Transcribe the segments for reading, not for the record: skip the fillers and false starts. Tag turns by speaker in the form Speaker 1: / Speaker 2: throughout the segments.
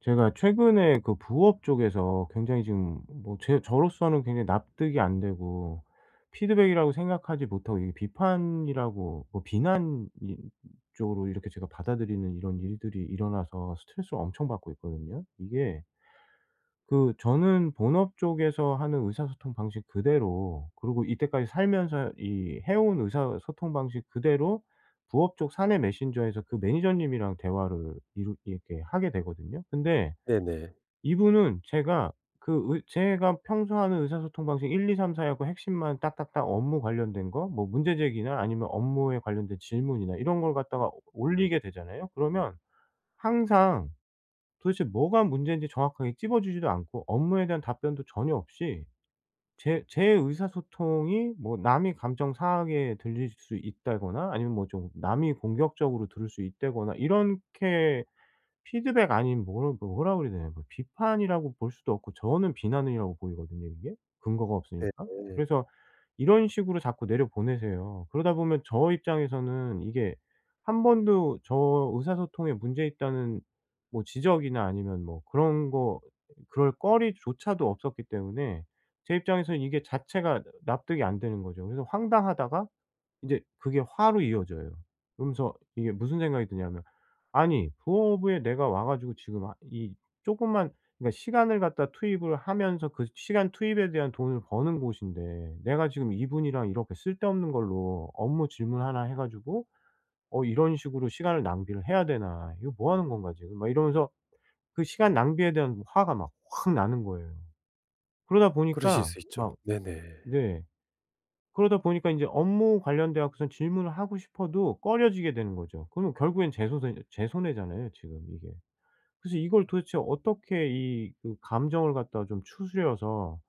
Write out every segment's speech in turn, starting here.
Speaker 1: 제가 최근에 그 부업 쪽에서 굉장히 지금 뭐 제 저로서는 굉장히 납득이 안 되고 피드백이라고 생각하지 못하고 이게 비판이라고 뭐 비난 이 쪽으로 이렇게 제가 받아들이는 이런 일들이 일어나서 스트레스를 엄청 받고 있거든요. 이게 그 저는 본업 쪽에서 하는 의사소통 방식 그대로, 그리고 이때까지 살면서 이 해온 의사소통 방식 그대로 부업 쪽 사내 메신저에서 그 매니저님이랑 대화를 이루 이렇게 하게 되거든요. 근데
Speaker 2: 네네.
Speaker 1: 이분은 제가 그 의 제가 평소 하는 의사소통 방식 1, 2, 3, 4 하고 핵심만 딱딱딱 업무 관련된 거 뭐 문제 제기나 아니면 업무에 관련된 질문이나 이런 걸 갖다가 올리게 되잖아요. 그러면 항상 도대체 뭐가 문제인지 정확하게 찝어 주지도 않고 업무에 대한 답변도 전혀 없이 제 의사소통이 뭐 남이 감정 상하게 들릴 수 있다거나 아니면 뭐 좀 남이 공격적으로 들을 수 있다거나 이렇게 피드백 아닌 뭘 뭐라 그래야 되나 그 비판이라고 볼 수도 없고 저는 비난이라고 보이거든요 이게, 근거가 없으니까.
Speaker 2: 네네.
Speaker 1: 그래서 이런 식으로 자꾸 내려보내세요. 그러다 보면 저 입장에서는 이게 한 번도 저 의사소통에 문제 있다는 뭐 지적이나 아니면 뭐 그런 거 그럴 거리조차도 없었기 때문에 제 입장에서는 이게 자체가 납득이 안 되는 거죠. 그래서 황당하다가 이제 그게 화로 이어져요. 그러면서 이게 무슨 생각이 드냐면 '아니 부업에 내가 와 가지고 지금 아 이 쪼끔만, 그러니까 시간을 갖다 투입을 하면서 그 시간 투입에 대한 돈을 버는 곳인데 내가 지금 이분이랑 이렇게 쓸데없는 걸로 업무 질문 하나 해 가지고 이런 식으로 시간을 낭비를 해야 되나. 이거 뭐 하는 건가 지금.' 막 이러면서 그 시간 낭비에 대한 화가 막 확 나는 거예요. 그러다
Speaker 2: 그러실
Speaker 1: 보니까
Speaker 2: 수 있죠.
Speaker 1: 막.
Speaker 2: 네네.
Speaker 1: 네. 그러다 보니까 인제 업무 관련돼 갖고선 질문을 하고 싶어도 꺼려지게 되는 거죠. 그러면 결국엔 제 손해잖아요 지금 이게. 그래서 이걸 도대체 어떻게 이 그 감정을 갖다가 좀 추스려서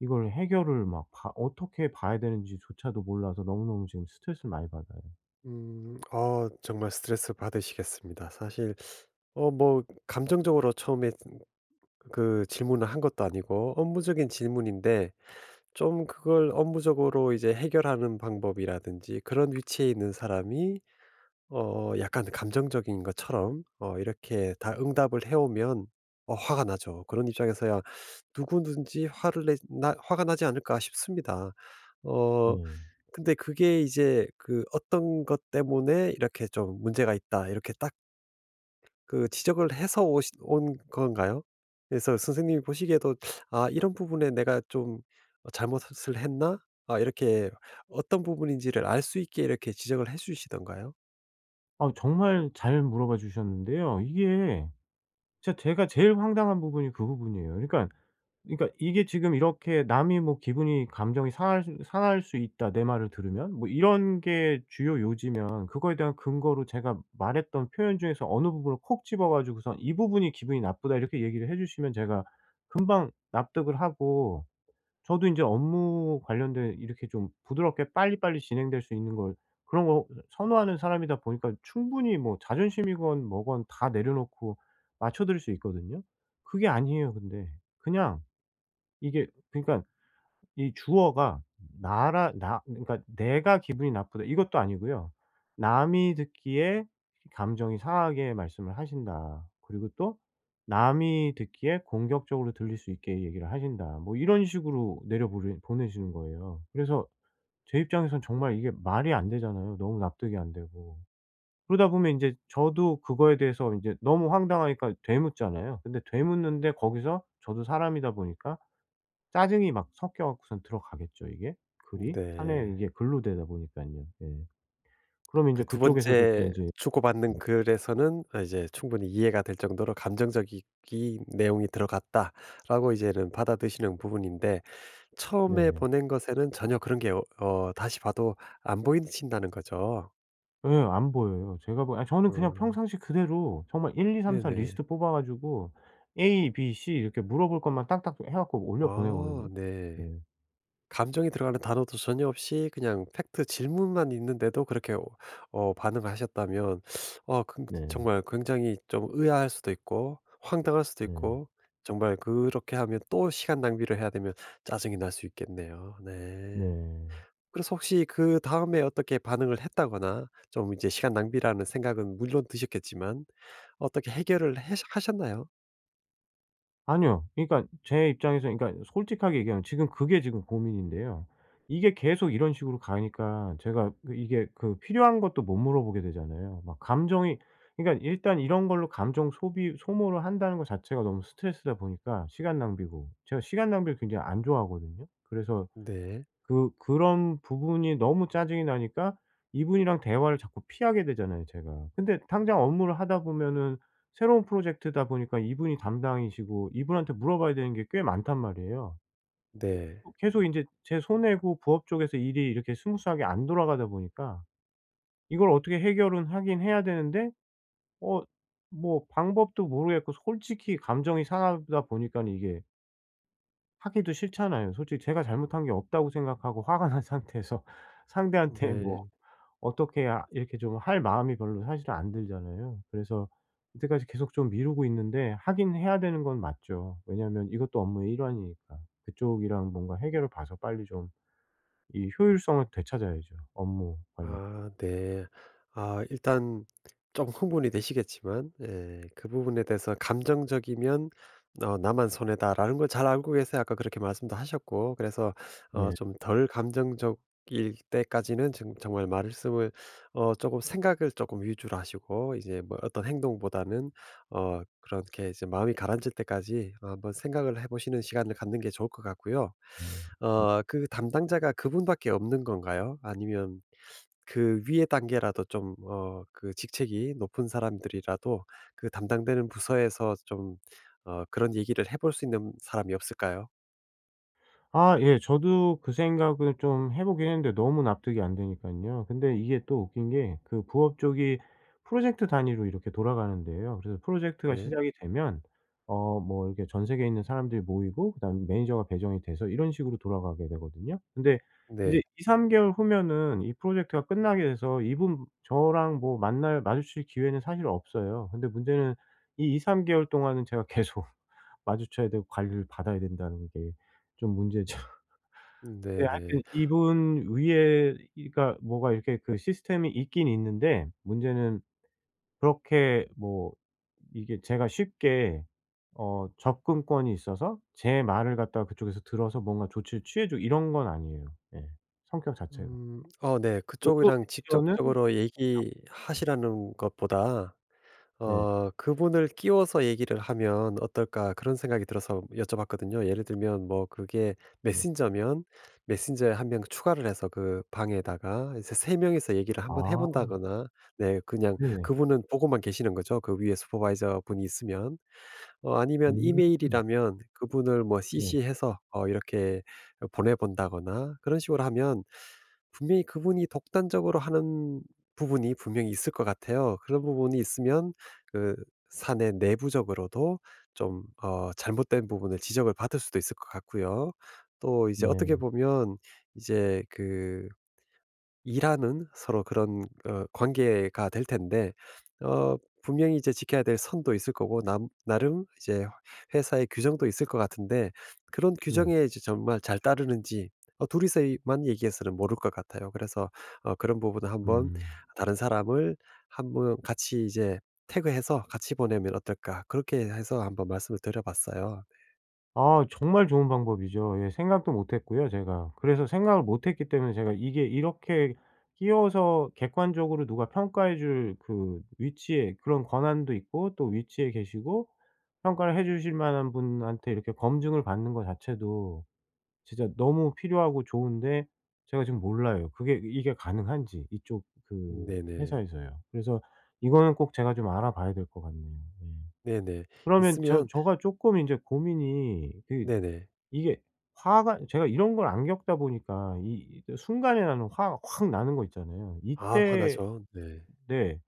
Speaker 1: 이걸 해결을 막 봐 어떻게 봐야 되는지조차도 몰라서 너무너무 지금 스트레스를 많이 받아요.
Speaker 2: 음. 아 정말 스트레스 받으시겠습니다. 사실 뭐 감정적으로 처음에 그 질문을 한 것도 아니고 업무적인 질문인데 좀 그걸 업무적으로 이제 해결하는 방법이라든지 그런 위치에 있는 사람이 약간 감정적인 것처럼 이렇게 다 응답을 해 오면 화가 나죠. 그런 입장에서야 '누구든지 화를 내 나 화가 나지 않을까?' 싶습니다. 어
Speaker 1: 네.
Speaker 2: 근데 그게 이제 그 "어떤 것 때문에 이렇게 좀 문제가 있다." 이렇게 딱 그 지적을 해서 오신 온 건가요? 그래서 선생님이 보시기에도 '아 이런 부분에 내가 좀 잘못을 했나?' 아 이렇게 어떤 부분인지를 알 수 있게 이렇게 지적을 해 주시던가요?
Speaker 1: 아 정말 잘 물어봐 주셨는데요. 이게 진짜 제가 제일 황당한 부분이 그 부분이에요. 그러니까 그러니까 이게 지금 이렇게 남이 뭐 기분이 감정이 상할 수 있다 내 말을 들으면 뭐 이런 게 주요 요지면 그거에 대한 근거로 제가 말했던 표현 중에서 어느 부분을 콕 집어 가지고선 "이 부분이 기분이 나쁘다." 이렇게 얘기를 해 주시면 제가 금방 납득을 하고 저도 인제 업무 관련된 이렇게 좀 부드럽게 빨리빨리 진행될 수 있는 걸 그런 거 선호하는 사람이다 보니까 충분히 뭐 자존심이건 뭐건 다 내려놓고 맞춰 드릴 수 있거든요. 그게 아니에요 근데. 그냥 이게 그러니까 이 주어가 나라 나 그러니까 '내가 기분이 나쁘다.' 이것도 아니고요. 남이 듣기에 감정이 상하게 말씀을 하신다. 그리고 또 남이 듣기에 공격적으로 들릴 수 있게 얘기를 하신다. 뭐 이런 식으로 내려 보내시는 거예요. 그래서 제 입장에선 정말 이게 말이 안 되잖아요. 너무 납득이 안 되고. 그러다 보면 인제 저도 그거에 대해서 인제 너무 황당하니까 되묻잖아요. 근데 되묻는데 거기서 저도 사람이다 보니까 짜증이 막 섞여 갖고선 들어가겠죠, 이게 글이. 사내
Speaker 2: 네.
Speaker 1: 이게 글로 되다 보니깐요. 예. 그럼이
Speaker 2: 그
Speaker 1: 인제
Speaker 2: 두
Speaker 1: 그쪽에서도 또
Speaker 2: 번째
Speaker 1: 인제.
Speaker 2: 주고받는 글에서는 아 이제 충분히 이해가 될 정도로 감정적인 내용이 들어갔다라고 이제는 받아드시는 부분인데 처음에
Speaker 1: 네.
Speaker 2: 보낸 것에는 전혀 그런 게 다시 봐도 안 보이신다는 거죠.
Speaker 1: 예 안 보여요. 제가 보 아 저는 그냥
Speaker 2: 음
Speaker 1: 평상시 그대로 정말 1, 2, 3, 4
Speaker 2: 네네.
Speaker 1: 리스트 뽑아 가지고 A, B, C 이렇게 물어볼 것만 딱딱 해 갖고 올려
Speaker 2: 아
Speaker 1: 보내거든요.
Speaker 2: 네.
Speaker 1: 네.
Speaker 2: 감정이 들어가는 단어도 전혀 없이 그냥 팩트 질문만 있는데도 그렇게 반응하셨다면
Speaker 1: 네.
Speaker 2: 정말 굉장히 좀 의아할 수도 있고 황당할 수도
Speaker 1: 네.
Speaker 2: 있고 정말 그렇게 하면 또 시간 낭비를 해야 되면 짜증이 날 수 있겠네요. 네.
Speaker 1: 네.
Speaker 2: 그래서 혹시 그다음에 어떻게 반응을 했다거나 좀 이제 시간 낭비라는 생각은 물론 드셨겠지만 어떻게 해결을 해 하셨나요?
Speaker 1: 아니요. 그러니까 제 입장에서, 그러니까 솔직하게 얘기하면 지금 그게 지금 고민인데요. 이게 계속 이런 식으로 가니까 제가 그 이게 그 필요한 것도 못 물어보게 되잖아요. 막 감정이, 그러니까 일단 이런 걸로 감정 소비 소모를 한다는 것 자체가 너무 스트레스다 보니까 시간 낭비고, 제가 시간 낭비를 굉장히 안 좋아하거든요. 그래서
Speaker 2: 네.
Speaker 1: 그 그런 부분이 너무 짜증이 나니까 이분이랑 대화를 자꾸 피하게 되잖아요 제가. 근데 당장 업무를 하다 보면은 새로운 프로젝트다 보니까 이분이 담당이시고 이분한테 물어봐야 되는 게 꽤 많단 말이에요.
Speaker 2: 네.
Speaker 1: 그리고 계속 인제 제 손해고 부업 쪽에서 일이 이렇게 스무스하게 안 돌아가다 보니까 이걸 어떻게 해결은 하긴 해야 되는데 어 뭐 방법도 모르겠고 솔직히 감정이 상하다 보니깐 이게 하기도 싫잖아요. 솔직히 제가 잘못한 게 없다고 생각하고 화가 난 상태에서 상대한테 뭐
Speaker 2: 네.
Speaker 1: 어떻게 아 이렇게 좀 할 마음이 별로 사실은 안 들잖아요. 그래서 이때까지 계속 좀 미루고 있는데 하긴 해야 되는 건 맞죠. 왜냐하면 이것도 업무의 일환이니까. 그쪽이랑 뭔가 해결을 봐서 빨리 좀 이 효율성을 되찾아야죠, 업무 관련.
Speaker 2: 아 네. 아 일단 좀 흥분이 되시겠지만 예 그 부분에 대해서 감정적이면 '나만 손해다.'라는 걸 잘 알고 계세요. 아까 그렇게 말씀도 하셨고. 그래서
Speaker 1: 예.
Speaker 2: 좀 덜 감정적일 때까지는 지금 정말 말씀을 어금 생각을 조금 위주로 하시고 이제 뭐 어떤 행동보다는 그렇게 이제 마음이 가라앉을 때까지 한번 생각을 해 보시는 시간을 갖는 게 좋을 것 같고요.
Speaker 1: 음.
Speaker 2: 그 담당자가 그분밖에 없는 건가요? 아니면 그 위의 단계라도 좀 그 직책이 높은 사람들이라도 그 담당되는 부서에서 좀 그런 얘기를 해볼 수 있는 사람이 없을까요?
Speaker 1: 아 예. 저도 그 생각을 좀 해 보긴 했는데 너무 납득이 안 되니까요. 근데 이게 또 웃긴 게 그 부업 쪽이 프로젝트 단위로 이렇게 돌아가는데요. 그래서 프로젝트가
Speaker 2: 네,
Speaker 1: 시작이 되면 뭐 이렇게 전 세계에 있는 사람들이 모이고 그다음에 매니저가 배정이 돼서 이런 식으로 돌아가게 되거든요. 근데 이제 이제
Speaker 2: 네.
Speaker 1: 2-3 개월 후면은 이 프로젝트가 끝나게 돼서 이분 저랑 뭐 만날 마주칠 기회는 사실 없어요. 근데 문제는 이 2-3 개월 동안은 제가 계속 마주쳐야 되고 관리를 받아야 된다는 게 좀 문제죠. 네. 하여튼
Speaker 2: 네네.
Speaker 1: 이분 위에 이 그러니까 뭐가 이렇게 그 시스템이 있긴 있는데 문제는 그렇게 뭐 이게 제가 쉽게 접근권이 있어서 제 말을 갖다가 그쪽에서 들어서 뭔가 조치를 취해 주고 이런 건 아니에요. 예. 성격 자체가.
Speaker 2: 음. 어 네.
Speaker 1: 그리고 또
Speaker 2: 그쪽이랑
Speaker 1: 매니저는
Speaker 2: 직접적으로 얘기하시라는 것보다
Speaker 1: 네.
Speaker 2: '그분을 끼워서 얘기를 하면 어떨까.' 그런 생각이 들어서 여쭤봤거든요. 예를 들면 뭐 그게
Speaker 1: 네.
Speaker 2: 메신저면 메신저에 한 명 추가를 해서 그 방에다가 이제 세 명이서 얘기를 한번 해
Speaker 1: 아.
Speaker 2: 본다거나 네 그냥
Speaker 1: 네네.
Speaker 2: 그분은 보고만 계시는 거죠, 그 위에 슈퍼바이저 분이 있으면. 아니면
Speaker 1: 음.
Speaker 2: 이메일이라면 그분을 뭐
Speaker 1: 네.
Speaker 2: CC해서 이렇게 보내 본다거나 그런 식으로 하면 분명히 그분이 독단적으로 하는 부분이 분명히 있을 것 같아요. 그런 부분이 있으면 그 사내 내부적으로도 좀 잘못된 부분을 지적을 받을 수도 있을 것 같고요. 또 이제 어떻게
Speaker 1: 네.
Speaker 2: 보면 이제 그 일하는 서로 그런 관계가 될 텐데 어 분명히 이제 지켜야 될 선도 있을 거고 남 나름 이제 회사의 규정도 있을 것 같은데 그런
Speaker 1: 네.
Speaker 2: 규정에 이제 정말 잘 따르는지 둘이서만 얘기해서는 모를 것 같아요. 그래서 그런 부분은 한번
Speaker 1: 음.
Speaker 2: 다른 사람을 한번 같이 이제 태그해서 같이 보내면 어떨까? 그렇게 해서 한번 말씀을 드려 봤어요.
Speaker 1: 아 정말 좋은 방법이죠. 예 생각도 못 했고요 제가. 그래서 생각을 못 했기 때문에 제가 이게 이렇게 끼워서 객관적으로 누가 평가해 줄 그 위치에 그런 권한도 있고 또 위치에 계시고 평가를 해 주실 만한 분한테 이렇게 검증을 받는 거 자체도 진짜 너무 필요하고 좋은데 제가 지금 몰라요. 그게 이게 가능한지 이쪽 그
Speaker 2: 네네.
Speaker 1: 회사에서요. 그래서 이거는 꼭 제가 좀 알아봐야 될 것 같네요. 예.
Speaker 2: 네네.
Speaker 1: 그러면 저
Speaker 2: 있으면
Speaker 1: 저가 쪼끔 인제 고민이 그
Speaker 2: 네네.
Speaker 1: 이게 화가, 제가 이런 걸 안 겪다 보니까 이 순간에 나는 화가 확 나는 거 있잖아요.
Speaker 2: 아
Speaker 1: 이때.
Speaker 2: 화나죠. 네.
Speaker 1: 네.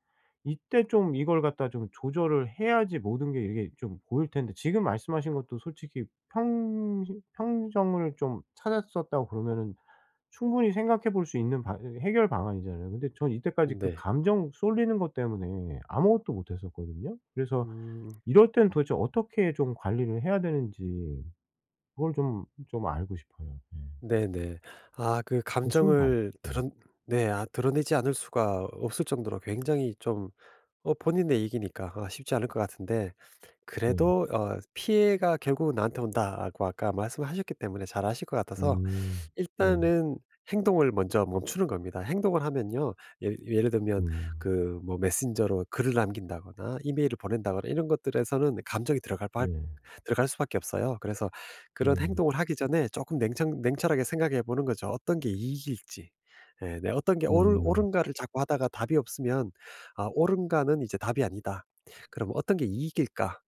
Speaker 1: 이때 좀 이걸 갖다 좀 조절을 해야지 모든 게 이게 좀 보일 텐데 지금 말씀하신 것도 솔직히 평 평정을 좀 찾았었다고 그러면은 충분히 생각해 볼 수 있는 방 해결 방안이잖아요. 근데 전 이때까지 그
Speaker 2: 네.
Speaker 1: 감정 쏠리는 것 때문에 아무것도 못 했었거든요. 그래서
Speaker 2: 음.
Speaker 1: 이럴 때는 도대체 어떻게 좀 관리를 해야 되는지 그걸 좀 알고 싶어요. 예.
Speaker 2: 네네. 아 그
Speaker 1: 그 순간.
Speaker 2: 감정을
Speaker 1: 예.
Speaker 2: 드러 네 아 드러내지 않을 수가 없을 정도로 굉장히 좀 본인의 얘기니까 아 쉽지 않을 것 같은데
Speaker 1: 네.
Speaker 2: 그래도 '피해가 결국은 나한테 온다.'라고 아까 말씀하셨기 때문에 잘 아실 것 같아서
Speaker 1: 음. 네.
Speaker 2: 일단은 행동을 먼저 멈추는 겁니다. 행동을 하면요. 예를 들면
Speaker 1: 음.
Speaker 2: 그 뭐 메신저로 글을 남긴다거나 이메일을 보낸다거나 이런 것들에서는 감정이
Speaker 1: 네.
Speaker 2: 들어갈 수밖에 없어요. 그래서 그런
Speaker 1: 네.
Speaker 2: 행동을 하기 전에 조금 냉청 냉철하게 생각해 보는 거죠. 어떤 게 이익일지. 예 네 어떤 게
Speaker 1: 음.
Speaker 2: 옳은가를 자꾸 하다가 답이 없으면 '아 옳은가는 이제 답이 아니다. 그럼 어떤 게 이익일까?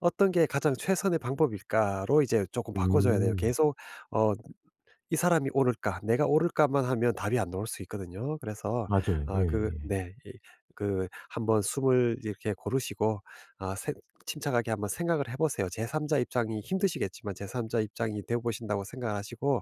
Speaker 2: 어떤 게 가장 최선의 방법일까?'로 이제 조금 바꿔 줘야 돼요.
Speaker 1: 음.
Speaker 2: 계속 어 '이 사람이 오를까? 내가 오를까?'만 하면 답이 안 나올 수 있거든요. 그래서
Speaker 1: 맞아요.
Speaker 2: 아 그
Speaker 1: 예예.
Speaker 2: 네 이 그 한번 숨을 이렇게 고르시고 아 세- 침착하게 한번 생각을 해 보세요. 제3 자 입장이 힘드시겠지만 제3 자 입장이 되어 보신다고 생각 하시고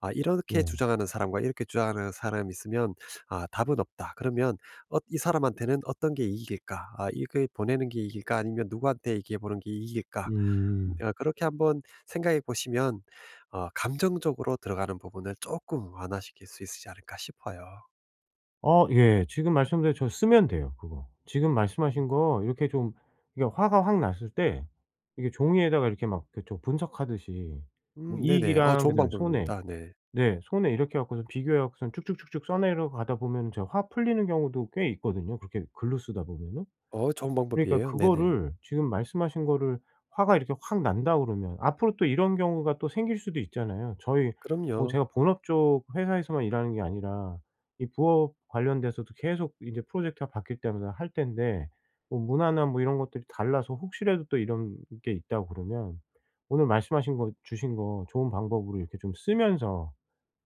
Speaker 2: 아 '이렇게
Speaker 1: 네.
Speaker 2: 주장하는 사람과 이렇게 주장하는 사람이 있으면 아 답은 없다.' 그러면 '이 사람한테는 어떤 게 이익일까? 아 이게 보내는 게 이익일까? 아니면 누구한테 얘기해 보는 게 이익일까?'
Speaker 1: 음.
Speaker 2: 그렇게 한번 생각해 보시면 감정적으로 들어가는 부분을 조금 완화시킬 수 있지 않을까 싶어요.
Speaker 1: 어 예. 지금 말씀대로 저 쓰면 돼요 그거. 지금
Speaker 2: 음.
Speaker 1: 말씀하신 거 이렇게 좀 이게 화가 확 났을 때 이게 종이에다가 이렇게 막 그 저 분석하듯이 뭐
Speaker 2: 네네. 어
Speaker 1: 이익이랑
Speaker 2: 좋은
Speaker 1: 그다음에 손해,
Speaker 2: 방법입니다. 네.
Speaker 1: 네 손해 이렇게 해 갖고서 비교해 갖고선 쭉쭉쭉쭉 써 내려가다 보면은 저 화 풀리는 경우도 꽤 있거든요, 그렇게 글로 쓰다 보면은.
Speaker 2: 어 좋은
Speaker 1: 그러니까
Speaker 2: 방법이에요. 네네.
Speaker 1: 그거를 지금 말씀하신 거를 화가 이렇게 확 난다 그러면 앞으로 또 이런 경우가 또 생길 수도 있잖아요. 저희 뭐
Speaker 2: 그럼요.
Speaker 1: 제가 본업 쪽 회사에서만 일하는 게 아니라 이 부업 관련돼서도 계속 인제 프로젝트가 바뀔 때마다 할 텐데 뭐 문화나 뭐 이런 것들이 달라서 혹시라도 또 이런 게 있다 그러면 오늘 말씀하신 거 주신 거 좋은 방법으로 이렇게 좀 쓰면서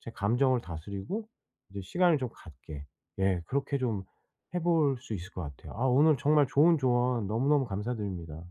Speaker 1: 제 감정을 다스리고 이제 시간을 좀 갖게, 예 그렇게 좀 해볼 수 있을 것 같아요. 아 오늘 정말 좋은 조언 너무너무 감사드립니다.